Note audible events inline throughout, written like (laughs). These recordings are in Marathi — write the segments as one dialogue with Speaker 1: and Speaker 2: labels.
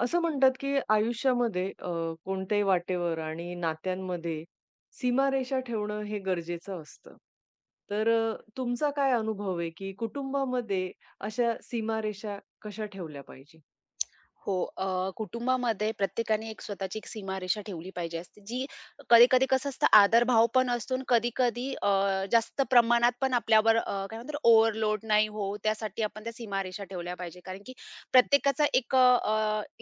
Speaker 1: असं म्हणतात, की आयुष्यामध्ये कोणत्याही वाटेवर आणि नात्यांमध्ये सीमारेषा ठेवणं हे गरजेचं असतं. तर तुमचा काय अनुभव आहे, की कुटुंबामध्ये अशा सीमारेषा कशा ठेवल्या पाहिजे?
Speaker 2: हो. कुटुंबामध्ये प्रत्येकाने एक स्वतःची एक सीमारेषा ठेवली पाहिजे असते, जी कधी-कधी कसं असतं आदरभाव पण असतो कधी-कधी जास्त प्रमाणात पण आपल्यावर काय म्हणतात ओव्हरलोड नाही होवो त्यासाठी आपण त्या सीमारेषा ठेवल्या पाहिजे. कारण की प्रत्येकाचा एक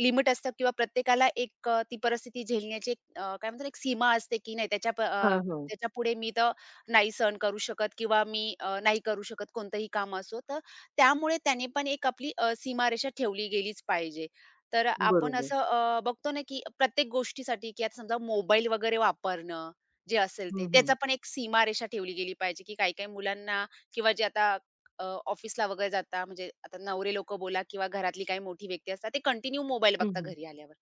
Speaker 2: लिमिट असतं किंवा प्रत्येकाला एक ती परिस्थिती झेलण्याची एक काय म्हणतात एक सीमा असते, की नाही त्याच्या
Speaker 1: हां, हां.
Speaker 2: त्याच्यापुढे मी तर नाही सहन करू शकत किंवा मी नाही करू शकत कोणतंही काम असो. तर त्यामुळे त्याने पण एक आपली सीमारेषा ठेवली गेलीच पाहिजे. तर आपण
Speaker 1: बरोबर.
Speaker 2: असं बघतो ना, की प्रत्येक गोष्टीसाठी, की आता समजा मोबाईल वगैरे वापरणं जे असेल
Speaker 1: हं,
Speaker 2: ते,
Speaker 1: हं.
Speaker 2: त्याचा पण एक सीमारेषा ठेवली गेली पाहिजे, की काही-काही मुलांना किंवा जे आता अ, ऑफिसला वगैरे जाता म्हणजे आता नवरे लोकं बोला किंवा घरातली काही मोठी व्यक्ती असतात, ते कंटिन्यू मोबाईल
Speaker 1: हं,
Speaker 2: बघता
Speaker 1: हं.
Speaker 2: घरी आल्यावर.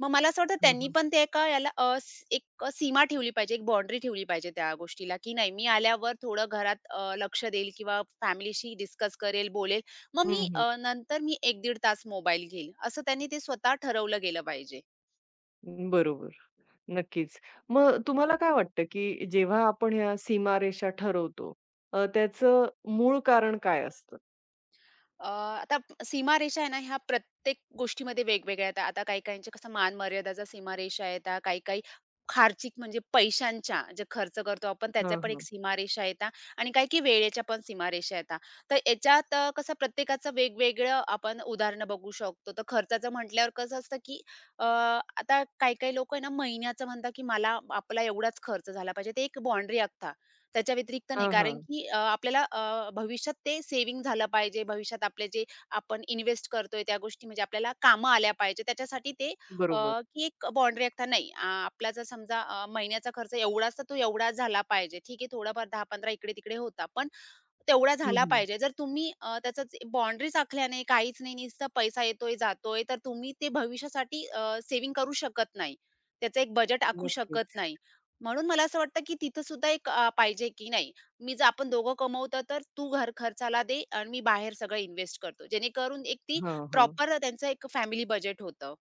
Speaker 2: मग मला असं वाटतं
Speaker 1: हां,
Speaker 2: त्यांनी
Speaker 1: हां.
Speaker 2: पण ते एका याला अ, स एक सीमा ठेवली पाहिजे, एक बाउंडरी ठेवली पाहिजे त्या गोष्टीला, की नाही मी आल्यावर थोडं घरात लक्ष देईल किंवा फॅमिलीशी डिस्कस करेल, बोलेल. मग मी
Speaker 1: हं,
Speaker 2: नंतर मी एक दीड तास मोबाईल घेईल, असं त्यांनी ते स्वतः ठरवलं गेलं पाहिजे.
Speaker 1: बरोबर. नक्कीच. मग तुम्हाला काय वाटतं, की जेव्हा आपण ह्या सीमारेषा ठरवतो, त्याचं मूळ कारण काय असतं?
Speaker 2: आता सीमारेषा आहे ना, ह्या प्रत्येक गोष्टीमध्ये वेगवेगळ्या आहेत. आता काही-काहींच्या कसं मान-मर्यादाच्या सीमारेषा येतात, काही-काही खर्चिक म्हणजे पैशांच्या जे खर्च करतो आपण त्याच्या
Speaker 1: हां,
Speaker 2: पण एक
Speaker 1: हां.
Speaker 2: सीमारेषा येतात आणि काही-काही वेळेच्या पण सीमारेषा येतात. तर याच्यात कसं प्रत्येकाचं वेगवेगळं आपण उदाहरणं बघू शकतो. तर खर्चाचं म्हटल्यावर कसं असतं, की आता काही-काही लोकं आहे ना, महिन्याचं म्हणतात, की मला आपला एवढाच खर्च झाला पाहिजे. ते एक बाउंडरी आखतात. त्याच्या व्यतिरिक्त नाही.
Speaker 1: हां,
Speaker 2: कारण
Speaker 1: हां.
Speaker 2: की आपल्याला भविष्यात ते सेव्हिंग झालं पाहिजे. भविष्यात आपले जे आपण इन्व्हेस्ट करतोय त्या गोष्टी म्हणजे आपल्याला कामं आल्या पाहिजे. त्याच्यासाठी ते अ,
Speaker 1: बरोबर.
Speaker 2: की एक बाउंडरी आखता नाही. आपला जर समजा महिन्याचा खर्च एवढाच तर तो एवढाच झाला पाहिजे. ठीक आहे थोडाफार 10-15 इकडे-तिकडे होता. पण तेवढा
Speaker 1: हं,
Speaker 2: झाला
Speaker 1: हं.
Speaker 2: पाहिजे. जर तुम्ही त्याचाच बाउंडरीज आखल्या नाही, काहीच नाही, नुसता पैसा येतोय, जातोय, तर तुम्ही ते भविष्यासाठी सेव्हिंग करू शकत नाही. त्याचं एक बजेट आखू शकत
Speaker 1: नक्कीच.
Speaker 2: नाही. म्हणून मला असं वाटतं, की तिथं सुद्धा एक पाहिजे, की नाही मी जर आपण दोघं कमवतो, तर तू घर खर्चाला दे आणि मी बाहेर सगळं इन्व्हेस्ट करतो. जेणेकरून एक ती
Speaker 1: हां, हां.
Speaker 2: प्रॉपर त्यांचं एक फॅमिली बजेट होतं.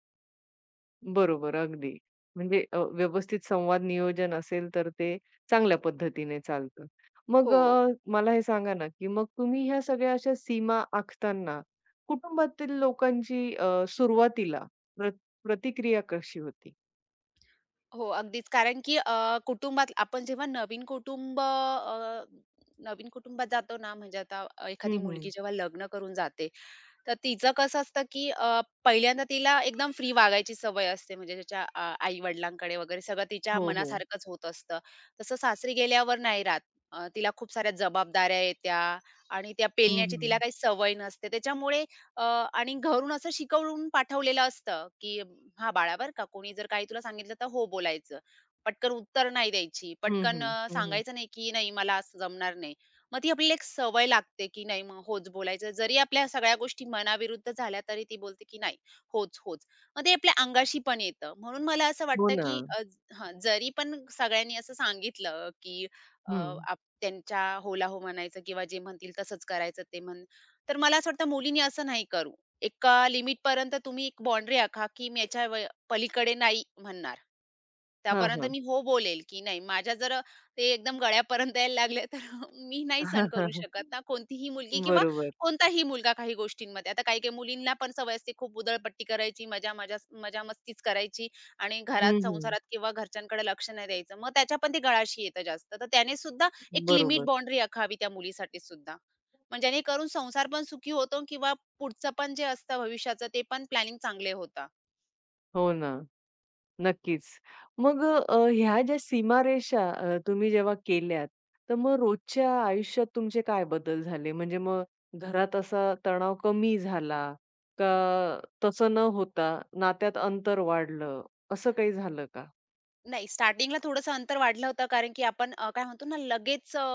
Speaker 1: बरोबर, अगदी. म्हणजे व्यवस्थित संवाद नियोजन असेल, तर ते चांगल्या पद्धतीने चालतं. मग
Speaker 2: हो.
Speaker 1: अ, मला हे सांगा ना, की मग तुम्ही ह्या सगळ्या अशा सीमा आखताना कुटुंबातील लोकांची सुरुवातीला प्र प्रतिक्रिया कशी होती?
Speaker 2: हो, अगदीच. कारण की कुटुंबात आपण जेव्हा नवीन कुटुंब नवीन कुटुंबात जातो ना, म्हणजे आता एखादी
Speaker 1: हं, हं.
Speaker 2: मुलगी जेव्हा लग्न करून जाते, तर तिचं कसं असतं, की पहिल्यांदा तिला एकदम फ्री वागायची सवय असते, म्हणजे तिच्या आई-वडिलांकडे वगैरे सगळं तिच्या
Speaker 1: हो, हो.
Speaker 2: मनासारखंच होत असतं. तसं सासरी गेल्यावर नाही राहत. तिला खूप साऱ्या जबाबदाऱ्या येत्या आणि त्या
Speaker 1: हं,
Speaker 2: पेलण्याची तिला
Speaker 1: हं.
Speaker 2: काही सवय नसते. त्याच्यामुळे अ, आणि घरून असं शिकवून पाठवलेलं असतं, की "हां, बाळा बरं का, कोणी जर काही तुला सांगितलं तर हो बोलायचं. पटकन उत्तर नाही द्यायची.
Speaker 1: हं,
Speaker 2: पटकन
Speaker 1: हं. हं, हं.
Speaker 2: सांगायचं नाही, की नाही मला असं जमणार नाही." मग ती आपल्याला एक सवय लागते, की नाही मग होच बोलायचं. जरी आपल्या सगळ्या गोष्टी मनाविरुद्ध झाल्या तरी ती बोलते, की नाही होच, होच. मग ते आपल्या अंगाशी पण येतं. म्हणून मला असं
Speaker 1: हो
Speaker 2: वाटतं,
Speaker 1: ना.
Speaker 2: की हां, जरी पण सगळ्यांनी असं सांगितलं, की अ,
Speaker 1: हं.
Speaker 2: आप त्यांच्या होला हो म्हणायचं किंवा जे म्हणतील तसंच करायचं ते म्हण तर मला असं वाटतं मुलींनी असं नाही करू. एका लिमिटपर्यंत तुम्ही एक बाउंडरी आखा, की मी याच्या पलीकडे नाही म्हणणार.
Speaker 1: हां,
Speaker 2: त्यापर्यंत
Speaker 1: हां.
Speaker 2: मी हो बोलेल, की नाही माझ्या जर ते एकदम गळ्यापर्यंत यायला लागले तर (laughs) मी नाही सहन करू शकत
Speaker 1: (laughs)
Speaker 2: ना, कोणतीही मुलगी किंवा
Speaker 1: बरोबर.
Speaker 2: कोणताही मुलगा काही गोष्टींमध्ये. आता काही-काही मुलींना पण सवय असते खूप उधळपट्टी करायची, मजा-मस्तीच करायची आणि घरात,
Speaker 1: हं, हं.
Speaker 2: संसारात किंवा घरच्यांकडे लक्ष नाही द्यायचं. मग त्याच्या पण ते गळाशी येतं जास्त. तर त्याने सुद्धा एक लिमिट
Speaker 1: बरोबर.
Speaker 2: बाउंडरी आखावी त्या मुलीसाठी सुद्धा. म्हणजे जेणेकरून संसार पण सुखी होतो किंवा पुढचं पण जे असतं भविष्याचं ते पण प्लॅनिंग चांगले होतात.
Speaker 1: हो ना. नक्कीच. मग ह्या ज्या सीमारेषा तुम्ही जेव्हा केल्यात, तर मग रोजच्या आयुष्यात तुमचे काय बदल झाले? म्हणजे मग घरात असा तणाव कमी झाला का तसं न होता नात्यात अंतर वाढलं, असं काही झालं का?
Speaker 2: नाही, स्टार्टिंगला थोडंसं अंतर वाढलं होतं, कारण की आपण काय म्हणतो ना, लगेच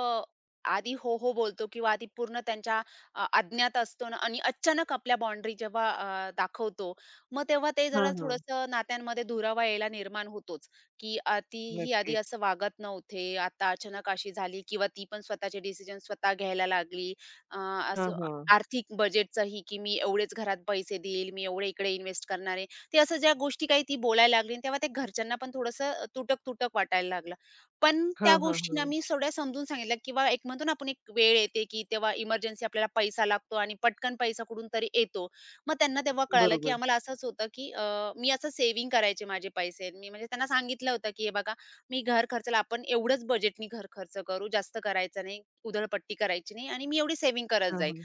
Speaker 2: आधी हो, हो बोलतो किंवा आधी पूर्ण त्यांच्या अज्ञात असतो ना आणि अचानक आपल्या बाउंड्री जेव्हा दाखवतो, मग तेव्हा ते
Speaker 1: हां,
Speaker 2: जरा
Speaker 1: हां.
Speaker 2: थोडंसं नात्यांमध्ये दुरावा यायला निर्माण होतोच, की ती ही आधी
Speaker 1: नक्कीच.
Speaker 2: असं वागत नव्हते, आता अचानक अशी झाली किंवा ती पण स्वतःचे डिसिजन स्वतः घ्यायला लागली. अ,
Speaker 1: हां,
Speaker 2: असं
Speaker 1: हां.
Speaker 2: आर्थिक बजेटचंही, की मी एवढेच घरात पैसे देईल, मी एवढे इकडे इन्व्हेस्ट करणार आहे. ते असं ज्या गोष्टी काही ती बोलायला लागली आणि तेव्हा ते घरच्यांना पण थोडंसं तुटक-तुटक वाटायला लागलं. पण त्या
Speaker 1: हां, हां,
Speaker 2: गोष्टींना
Speaker 1: हां.
Speaker 2: मी थोड्या समजून सांगितल्या किंवा एक म्हणतो ना आपण एक वेळ येते, की तेव्हा इमर्जन्सी आपल्याला पैसा लागतो आणि पटकन पैसा कुठून तरी येतो. मग त्यांना तेव्हा कळालं, की
Speaker 1: बरोबर.
Speaker 2: आम्हाला असंच होतं, की मी असं सेव्हिंग करायचे माझे पैसे. मी म्हणजे त्यांना सांगितलं होतं, की "हे बघा, मी घर खर्चाला आपण एवढंच बजेटनी घर खर्च करू, जास्त करायचा नाही, उधळपट्टी करायची नाही आणि मी एवढी सेव्हिंग करत
Speaker 1: हां,
Speaker 2: जाईल."
Speaker 1: हां.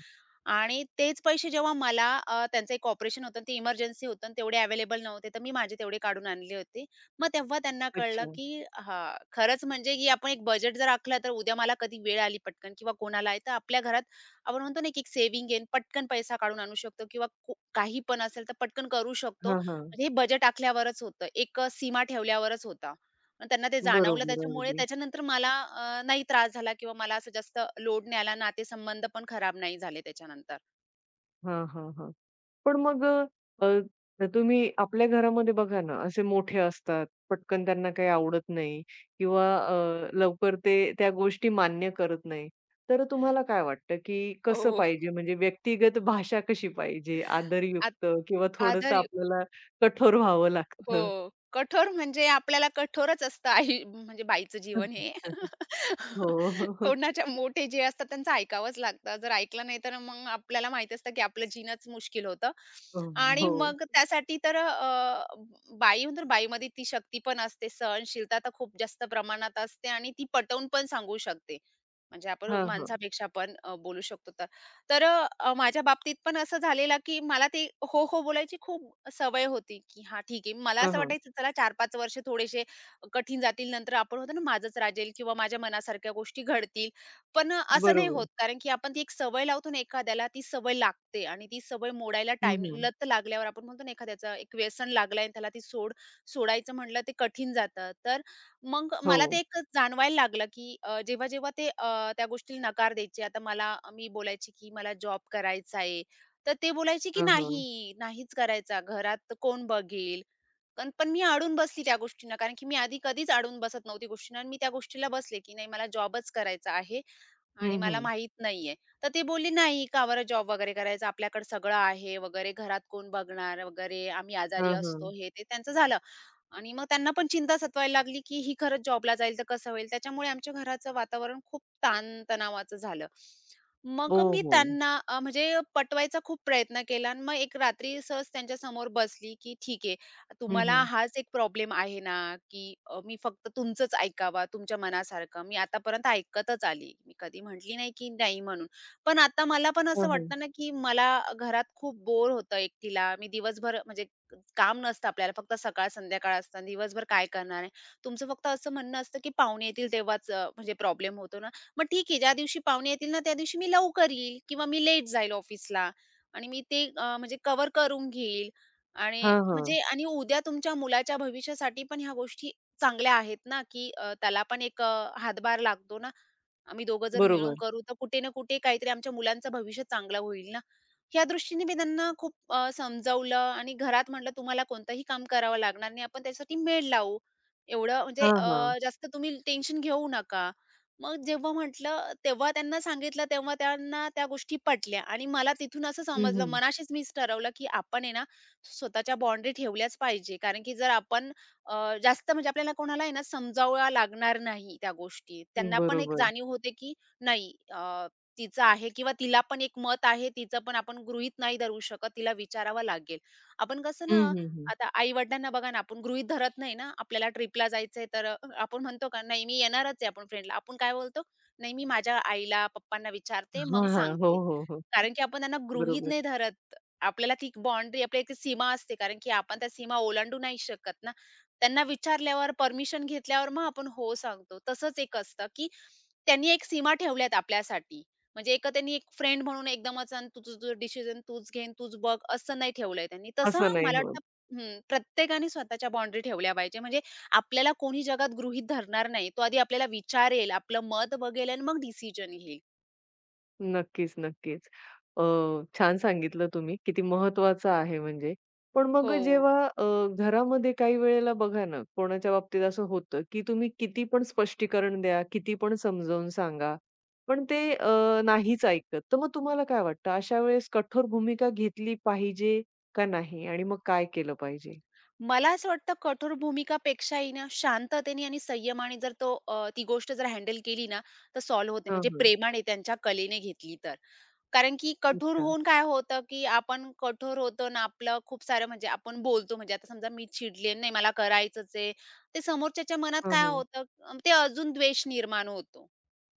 Speaker 2: आणि तेच पैसे जेव्हा मला त्यांचं एक ऑपरेशन होतं, ते इमर्जन्सी होतं आणि तेवढे अवेलेबल नव्हते, तर मी माझे तेवढे काढून आणले होते. मग तेव्हा त्यांना कळलं,
Speaker 1: अच्छा.
Speaker 2: की हां, खरंच म्हणजे की आपण एक बजेट जर आखलं, तर उद्या मला कधी वेळ आली पटकन किंवा कोणाला आहे, तर आपल्या घरात आपण म्हणतो ना, की एक सेव्हिंग आहे, पटकन पैसा काढून आणू शकतो किंवा काही पण असेल, तर पटकन करू शकतो.
Speaker 1: हां, हां.
Speaker 2: म्हणजे हे बजेट आखल्यावरच होतं, एक सीमा ठेवल्यावरच होता. पण त्यांना ते जाणवलं,
Speaker 1: बरोबर.
Speaker 2: त्याच्यामुळे
Speaker 1: अगदी.
Speaker 2: त्याच्यानंतर मला नाही त्रास झाला किंवा मला असं जास्त लोड नाही आला. नातेसंबंध पण खराब नाही झाले त्याच्यानंतर.
Speaker 1: हां, हां, हां. पण मग अ, अ, तुम्ही आपल्या घरामध्ये बघा ना, असे मोठे असतात, पटकन त्यांना काही आवडत नाही किंवा लवकर ते त्या गोष्टी मान्य करत नाही. तर तुम्हाला काय वाटतं, की कसं
Speaker 2: हो.
Speaker 1: पाहिजे म्हणजे व्यक्तिगत भाषा कशी पाहिजे?
Speaker 2: आत
Speaker 1: आदरयुक्त किंवा थोडंसं
Speaker 2: आधार यु-
Speaker 1: आपल्याला कठोर व्हावं
Speaker 2: हो.
Speaker 1: लागतं?
Speaker 2: कठोर म्हणजे आपल्याला कठोरच असतं आई म्हणजे बाईचं जीवन हे.
Speaker 1: (laughs)
Speaker 2: (laughs)
Speaker 1: हो.
Speaker 2: कोणाच्या मोठे जे असतात त्यांचं ऐकावंच लागतं. जर ऐकलं नाही तर मग आपल्याला माहिती असतं की आपलं जीणंच मुश्किल होतं.
Speaker 1: हो,
Speaker 2: आणि
Speaker 1: हो.
Speaker 2: मग त्यासाठी तर बाई तर बाईमध्ये ती शक्ती पण असते, सहनशीलता तर खूप जास्त प्रमाणात असते आणि ती पटवून पण सांगू शकते. म्हणजे आपण
Speaker 1: हां, हां.
Speaker 2: माणसापेक्षा पण बोलू शकतो तर. तर माझ्या बाबतीत पण असं झालेलं, की मला ते हो, हो बोलायची खूप सवय होती, की हां, ठीक आहे. मला
Speaker 1: हां,
Speaker 2: असं
Speaker 1: हां.
Speaker 2: वाटायचं चला 4-5 वर्ष थोडेसे कठीण जातील, नंतर आपण होतो ना माझंच राजेल किंवा माझ्या मनासारख्या गोष्टी घडतील. पण असं नाही
Speaker 1: बरोबर.
Speaker 2: होत. कारण की आपण ती एक सवय लावतो ना एखाद्याला, ती सवय लागते आणि ती सवय मोडायला
Speaker 1: हं,
Speaker 2: टाईम
Speaker 1: हं.
Speaker 2: लत लागल्यावर आपण म्हणतो ना एखाद्याचा एक व्यसन लागलंय आणि त्याला ती सोडायचं म्हटलं ते कठीण जातं. तर मग
Speaker 1: हो.
Speaker 2: मला ते एक जाणवायला लागलं, की जेव्हा ते त्या गोष्टीला नकार द्यायचे. आता मला मी बोलायची, की मला जॉब करायचा आहे. तर ते बोलायचे, की
Speaker 1: हां, हां.
Speaker 2: "नाही, नाहीच करायचा. घरात कोण बघेल?" पण पण मी अडून बसली त्या गोष्टींना. कारण की मी आधी कधीच अडून बसत नव्हती गोष्टींना आणि मी त्या गोष्टीला बसले, की नाही मला जॉबच करायचा आहे आणि
Speaker 1: हं,
Speaker 2: मला
Speaker 1: हं.
Speaker 2: माहीत नाहीये. तर ते बोलले, "नाही, का बरं जॉब वगैरे करायचा? आपल्याकडे सगळं आहे वगैरे. घरात कोण बघणार वगैरे? आम्ही आजारी
Speaker 1: हां, हां.
Speaker 2: असतो." हे ते त्यांचं झालं. आणि मग त्यांना पण चिंता सतवायला लागली, की ही खरंच जॉबला जाईल तर कसं होईल? त्याच्यामुळे आमच्या घराचं वातावरण खूप ताणतणावाचं झालं. मग
Speaker 1: हो,
Speaker 2: मी
Speaker 1: हो.
Speaker 2: त्यांना म्हणजे पटवायचा खूप प्रयत्न केला आणि मग एक रात्री सहज त्यांच्यासमोर बसली, की "ठीक आहे,
Speaker 1: हं,
Speaker 2: तुम्हाला
Speaker 1: हं.
Speaker 2: हाच एक प्रॉब्लेम आहे ना, की मी फक्त तुमचंच ऐकावा, तुमच्या मनासारखं. मी आतापर्यंत ऐकतच आली. मी कधी म्हटली नाही, की नाही म्हणून. पण आता मला पण असं वाटतं ना, की मला घरात खूप बोर होतं एकटीला. मी दिवसभर म्हणजे काम नसतं आपल्याला फक्त सकाळ संध्याकाळ असतं. दिवसभर काय करणार आहे? तुमचं फक्त असं म्हणणं असतं, की पाहुणे येतील तेव्हाच म्हणजे प्रॉब्लेम होतो ना. मग ठीक आहे ज्या दिवशी पाहुणे येतील ना त्या दिवशी मी लवकर येईल किंवा मी लेट जाईल ऑफिसला आणि मी ते म्हणजे कव्हर करून घेईल आणि
Speaker 1: हां, हां.
Speaker 2: म्हणजे आणि उद्या तुमच्या मुलाच्या भविष्यासाठी पण ह्या गोष्टी चांगल्या आहेत ना, की त्याला पण एक हातभार लागतो ना. आम्ही दोघं जर मिळून
Speaker 1: बरोबर.
Speaker 2: करू, तर कुठे ना कुठे काहीतरी आमच्या मुलांचं भविष्य चांगलं होईल ना. या दृष्टीने मी त्यांना खूप समजावलं आणि घरात म्हटलं, "तुम्हाला कोणतंही काम करावं लागणार नाही. आपण त्याच्यासाठी मेळ लावू. एवढं म्हणजे
Speaker 1: हां, हां.
Speaker 2: जास्त तुम्ही टेन्शन घेऊ नका." मग जेव्हा म्हटलं तेव्हा त्यांना सांगितलं, तेव्हा त्यांना त्या गोष्टी पटल्या आणि मला तिथून असं
Speaker 1: हं,
Speaker 2: समजलं,
Speaker 1: हं.
Speaker 2: मनाशीच मीच ठरवलं, की आपण आहे ना स्वतःच्या बाउंडरी ठेवल्याच पाहिजे. कारण की जर आपण जास्त म्हणजे आपल्याला कोणाला आहे ना समजावया लागणार नाही त्या गोष्टी. त्यांना पण एक
Speaker 1: बरोबर.
Speaker 2: जाणीव होते, की नाही तिचं आहे किंवा तिला पण एक मत आहे, तिचं पण आपण गृहीत नाही धरू शकत, तिला विचारावं लागेल. आपण कसं ना,
Speaker 1: हं, हं, हं.
Speaker 2: आता आई-वडिलांना बघा ना, आपण गृहीत धरत नाही ना, आपल्याला ट्रिपला जायचंय तर आपण म्हणतो का, "नाही मी येणारच आहे." आपण फ्रेंडला. आपण काय बोलतो, "नाही मी माझ्या आईला, पप्पांना विचारते,
Speaker 1: हां,
Speaker 2: मग
Speaker 1: हां. हो,
Speaker 2: सांगते."
Speaker 1: हो, हो.
Speaker 2: कारण की आपण त्यांना गृहीत
Speaker 1: बरोबर.
Speaker 2: नाही धरत. आपल्याला ती एक आपली एक सीमा असते कारण की आपण त्या सीमा ओलांडू नाही शकत ना. त्यांना विचारल्यावर, परमिशन घेतल्यावर मग आपण हो सांगतो. तसंच एक असतं, की त्यांनी एक सीमा ठेवल्यात आपल्यासाठी. म्हणजे एक त्यांनी एक फ्रेंड म्हणून एकदमच अन् तू तुझं डिसिजन तूच घे अन् तूच बघ असं नाही ठेवलंय त्यांनी. तसं
Speaker 1: असं नाही
Speaker 2: मला
Speaker 1: होत.
Speaker 2: वाटतं हं, प्रत्येकाने स्वतःच्या बाउंडरी ठेवल्या पाहिजे. म्हणजे आपल्याला कोणी जगात गृहीत धरणार नाही. तो आधी आपल्याला विचारेल, आपलं मत बघेल आणि मग डिसिजन घेईल.
Speaker 1: नक्कीच, नक्कीच. अ, छान सांगितलं तुम्ही, किती महत्त्वाचं आहे म्हणजे. पण मग
Speaker 2: हो.
Speaker 1: जेव्हा अ, घरामध्ये काही वेळेला बघा ना, कोणाच्या बाबतीत असं होतं, की तुम्ही किती पण स्पष्टीकरण द्या, किती पण समजावून सांगा, पण ते नाहीच ऐकत. तर मग तुम्हाला काय वाटतं, अशा वेळेस कठोर भूमिका घेतली पाहिजे का नाही आणि मग काय केलं पाहिजे?
Speaker 2: मला असं वाटतं कठोर भूमिकापेक्षाही ना शांततेने आणि संयमाने जर तो ती गोष्ट जर हँडल केली ना तर सॉल्व्ह होते
Speaker 1: हां,
Speaker 2: म्हणजे
Speaker 1: हां.
Speaker 2: प्रेमाने त्यांच्या कलेने घेतली तर. कारण की कठोर
Speaker 1: अच्छा.
Speaker 2: होऊन काय होतं की आपण कठोर होतो ना आपलं खूप सारं म्हणजे आपण बोलतो म्हणजे आता समजा मी चिडले नाही मला करायचंच आहे. ते समोरच्याच्या मनात
Speaker 1: हां,
Speaker 2: काय
Speaker 1: हां.
Speaker 2: होतं ते अजून द्वेष निर्माण होतो.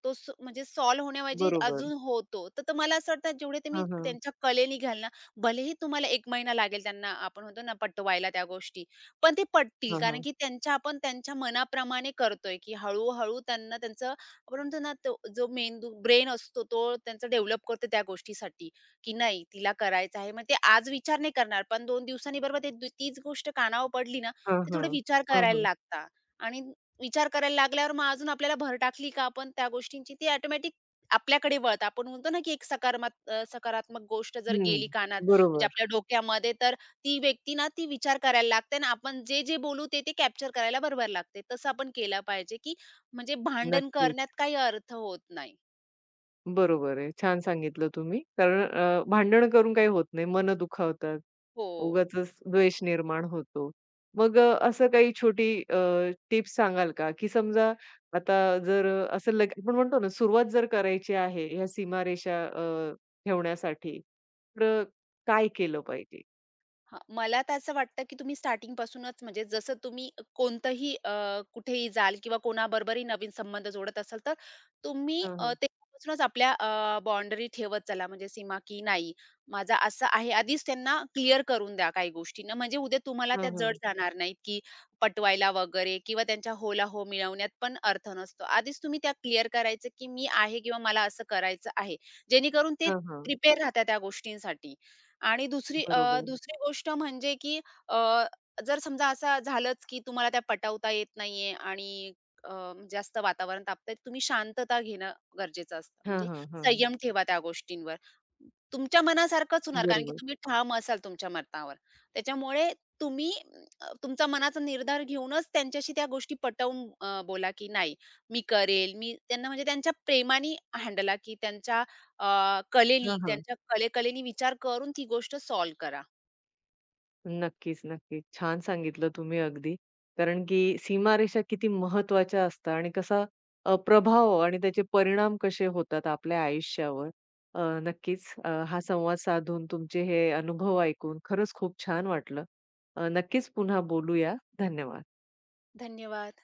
Speaker 2: तो स म्हणजे सॉल्व्ह होण्याऐवजी
Speaker 1: बरोबर.
Speaker 2: अजून होतो. तर तर मला असं वाटतं जेवढे तुम्ही
Speaker 1: हां, हां.
Speaker 2: त्यांच्या कलेने घ्याल ना, भलेही तुम्हाला 1 महिना लागेल त्यांना आपण म्हणतो ना पटवायला त्या गोष्टी, पण ते पटतील.
Speaker 1: हां,
Speaker 2: कारण
Speaker 1: हां.
Speaker 2: की त्यांच्या आपण त्यांच्या मनाप्रमाणे करतोय, की हळू त्यांना त्यांचं आपण म्हणतो ना तो जो मेंदू ब्रेन असतो तो त्यांचं डेव्हलप करतो त्या गोष्टीसाठी, की नाही तिला करायचं आहे. मग ते आज विचार नाही करणार, पण 2 दिवसांनी बरोबर ते तीच गोष्ट कानावर पडली ना,
Speaker 1: हां,
Speaker 2: ते
Speaker 1: हां.
Speaker 2: थोडे विचार
Speaker 1: हां,
Speaker 2: करायला
Speaker 1: हां.
Speaker 2: लागतात आणि विचार करायला लागल्यावर मग अजून आपल्याला भर टाकली का आपण त्या गोष्टींची, ती ऑटोमॅटिक आपल्याकडे वळतात. आपण म्हणतो ना, की एक सकारात्मक गोष्ट जर
Speaker 1: हं.
Speaker 2: गेली कानात, म्हणजे
Speaker 1: बरोबर.
Speaker 2: आपल्या डोक्यामध्ये, तर ती व्यक्ती ना, ती विचार करायला लागते आणि आपण जे-जे बोलू ते-ते कॅप्चर करायला बरोबर लागते. तसं आपण केलं पाहिजे, की म्हणजे भांडण
Speaker 1: नक्कीच.
Speaker 2: करण्यात काही अर्थ होत नाही.
Speaker 1: बरोबर आहे. छान सांगितलं तुम्ही. कारण भांडण करून काही होत नाही. मनं दुखावतात.
Speaker 2: हो.
Speaker 1: उगाचच द्वेष निर्माण होतो. मग असं काही छोटी टिप्स सांगाल का? की समजा आता जर असं लगे आपण म्हणतो ना, सुरुवात जर करायची आहे ह्या सीमारेषा ठेवण्यासाठी, तर काय केलं पाहिजे?
Speaker 2: हां, मला तर असं वाटतं, की तुम्ही स्टार्टिंगपासूनच म्हणजे जसं तुम्ही कोणतंही कुठेही जाल किंवा कोणाबरोबरही नवीन संबंध जोडत असाल, तर तुम्ही
Speaker 1: हां, हां.
Speaker 2: तेव्हापासूनच आपल्या ठेवत चला म्हणजे सीमा, की नाही माझा असं आहे. आधीच त्यांना क्लिअर करून द्या काही गोष्टींना, म्हणजे उद्या तुम्हाला
Speaker 1: हां,
Speaker 2: त्यात जड
Speaker 1: हां.
Speaker 2: जाणार नाहीत, की पटवायला वगैरे किंवा त्यांच्या होला हो मिळवण्यात पण अर्थ नसतो. आधीच तुम्ही त्या क्लिअर करायचं, की मी आहे किंवा मला असं करायचं आहे. जेणेकरून ते
Speaker 1: हां, हां.
Speaker 2: प्रिपेअर राहतात त्या गोष्टींसाठी. आणि दुसरी
Speaker 1: बरोबर.
Speaker 2: दुसरी गोष्ट म्हणजे की अ, जर समजा असं झालंच की तुम्हाला त्या पटवता येत नाहीये आणि अ, जास्त वातावरण तापतंय, तुम्ही शांतता घेणं गरजेचं असतं.
Speaker 1: हां,
Speaker 2: म्हणजे
Speaker 1: हां, हां, हां.
Speaker 2: संयम ठेवा त्या गोष्टींवर. तुमच्या मनासारखंच होणार कारण की
Speaker 1: बरोबर.
Speaker 2: तुम्ही ठाम असाल तुमच्या मतावर. त्याच्यामुळे तुम्ही तुमचा मनाचा निर्धार घेऊनच त्यांच्याशी त्या गोष्टी पटवून बोला की नाही मी करेल. मी त्यांना म्हणजे त्यांच्या प्रेमाने हँडला की त्यांच्या कलेनी
Speaker 1: हां, हां.
Speaker 2: त्यांच्या कले कलेनी विचार करून ती गोष्ट सॉल्व्ह करा.
Speaker 1: नक्कीच, नक्कीच. छान सांगितलं तुम्ही अगदी. कारण की सीमारेषा किती महत्त्वाच्या असतात आणि कसा प्रभाव आणि त्याचे परिणाम कसे होतात आपल्या आयुष्यावर. नक्कीच हा संवाद साधून तुमचे हे अनुभव ऐकून खरंच खूप छान वाटलं. नक्कीच पुन्हा बोलूया. धन्यवाद.
Speaker 2: धन्यवाद.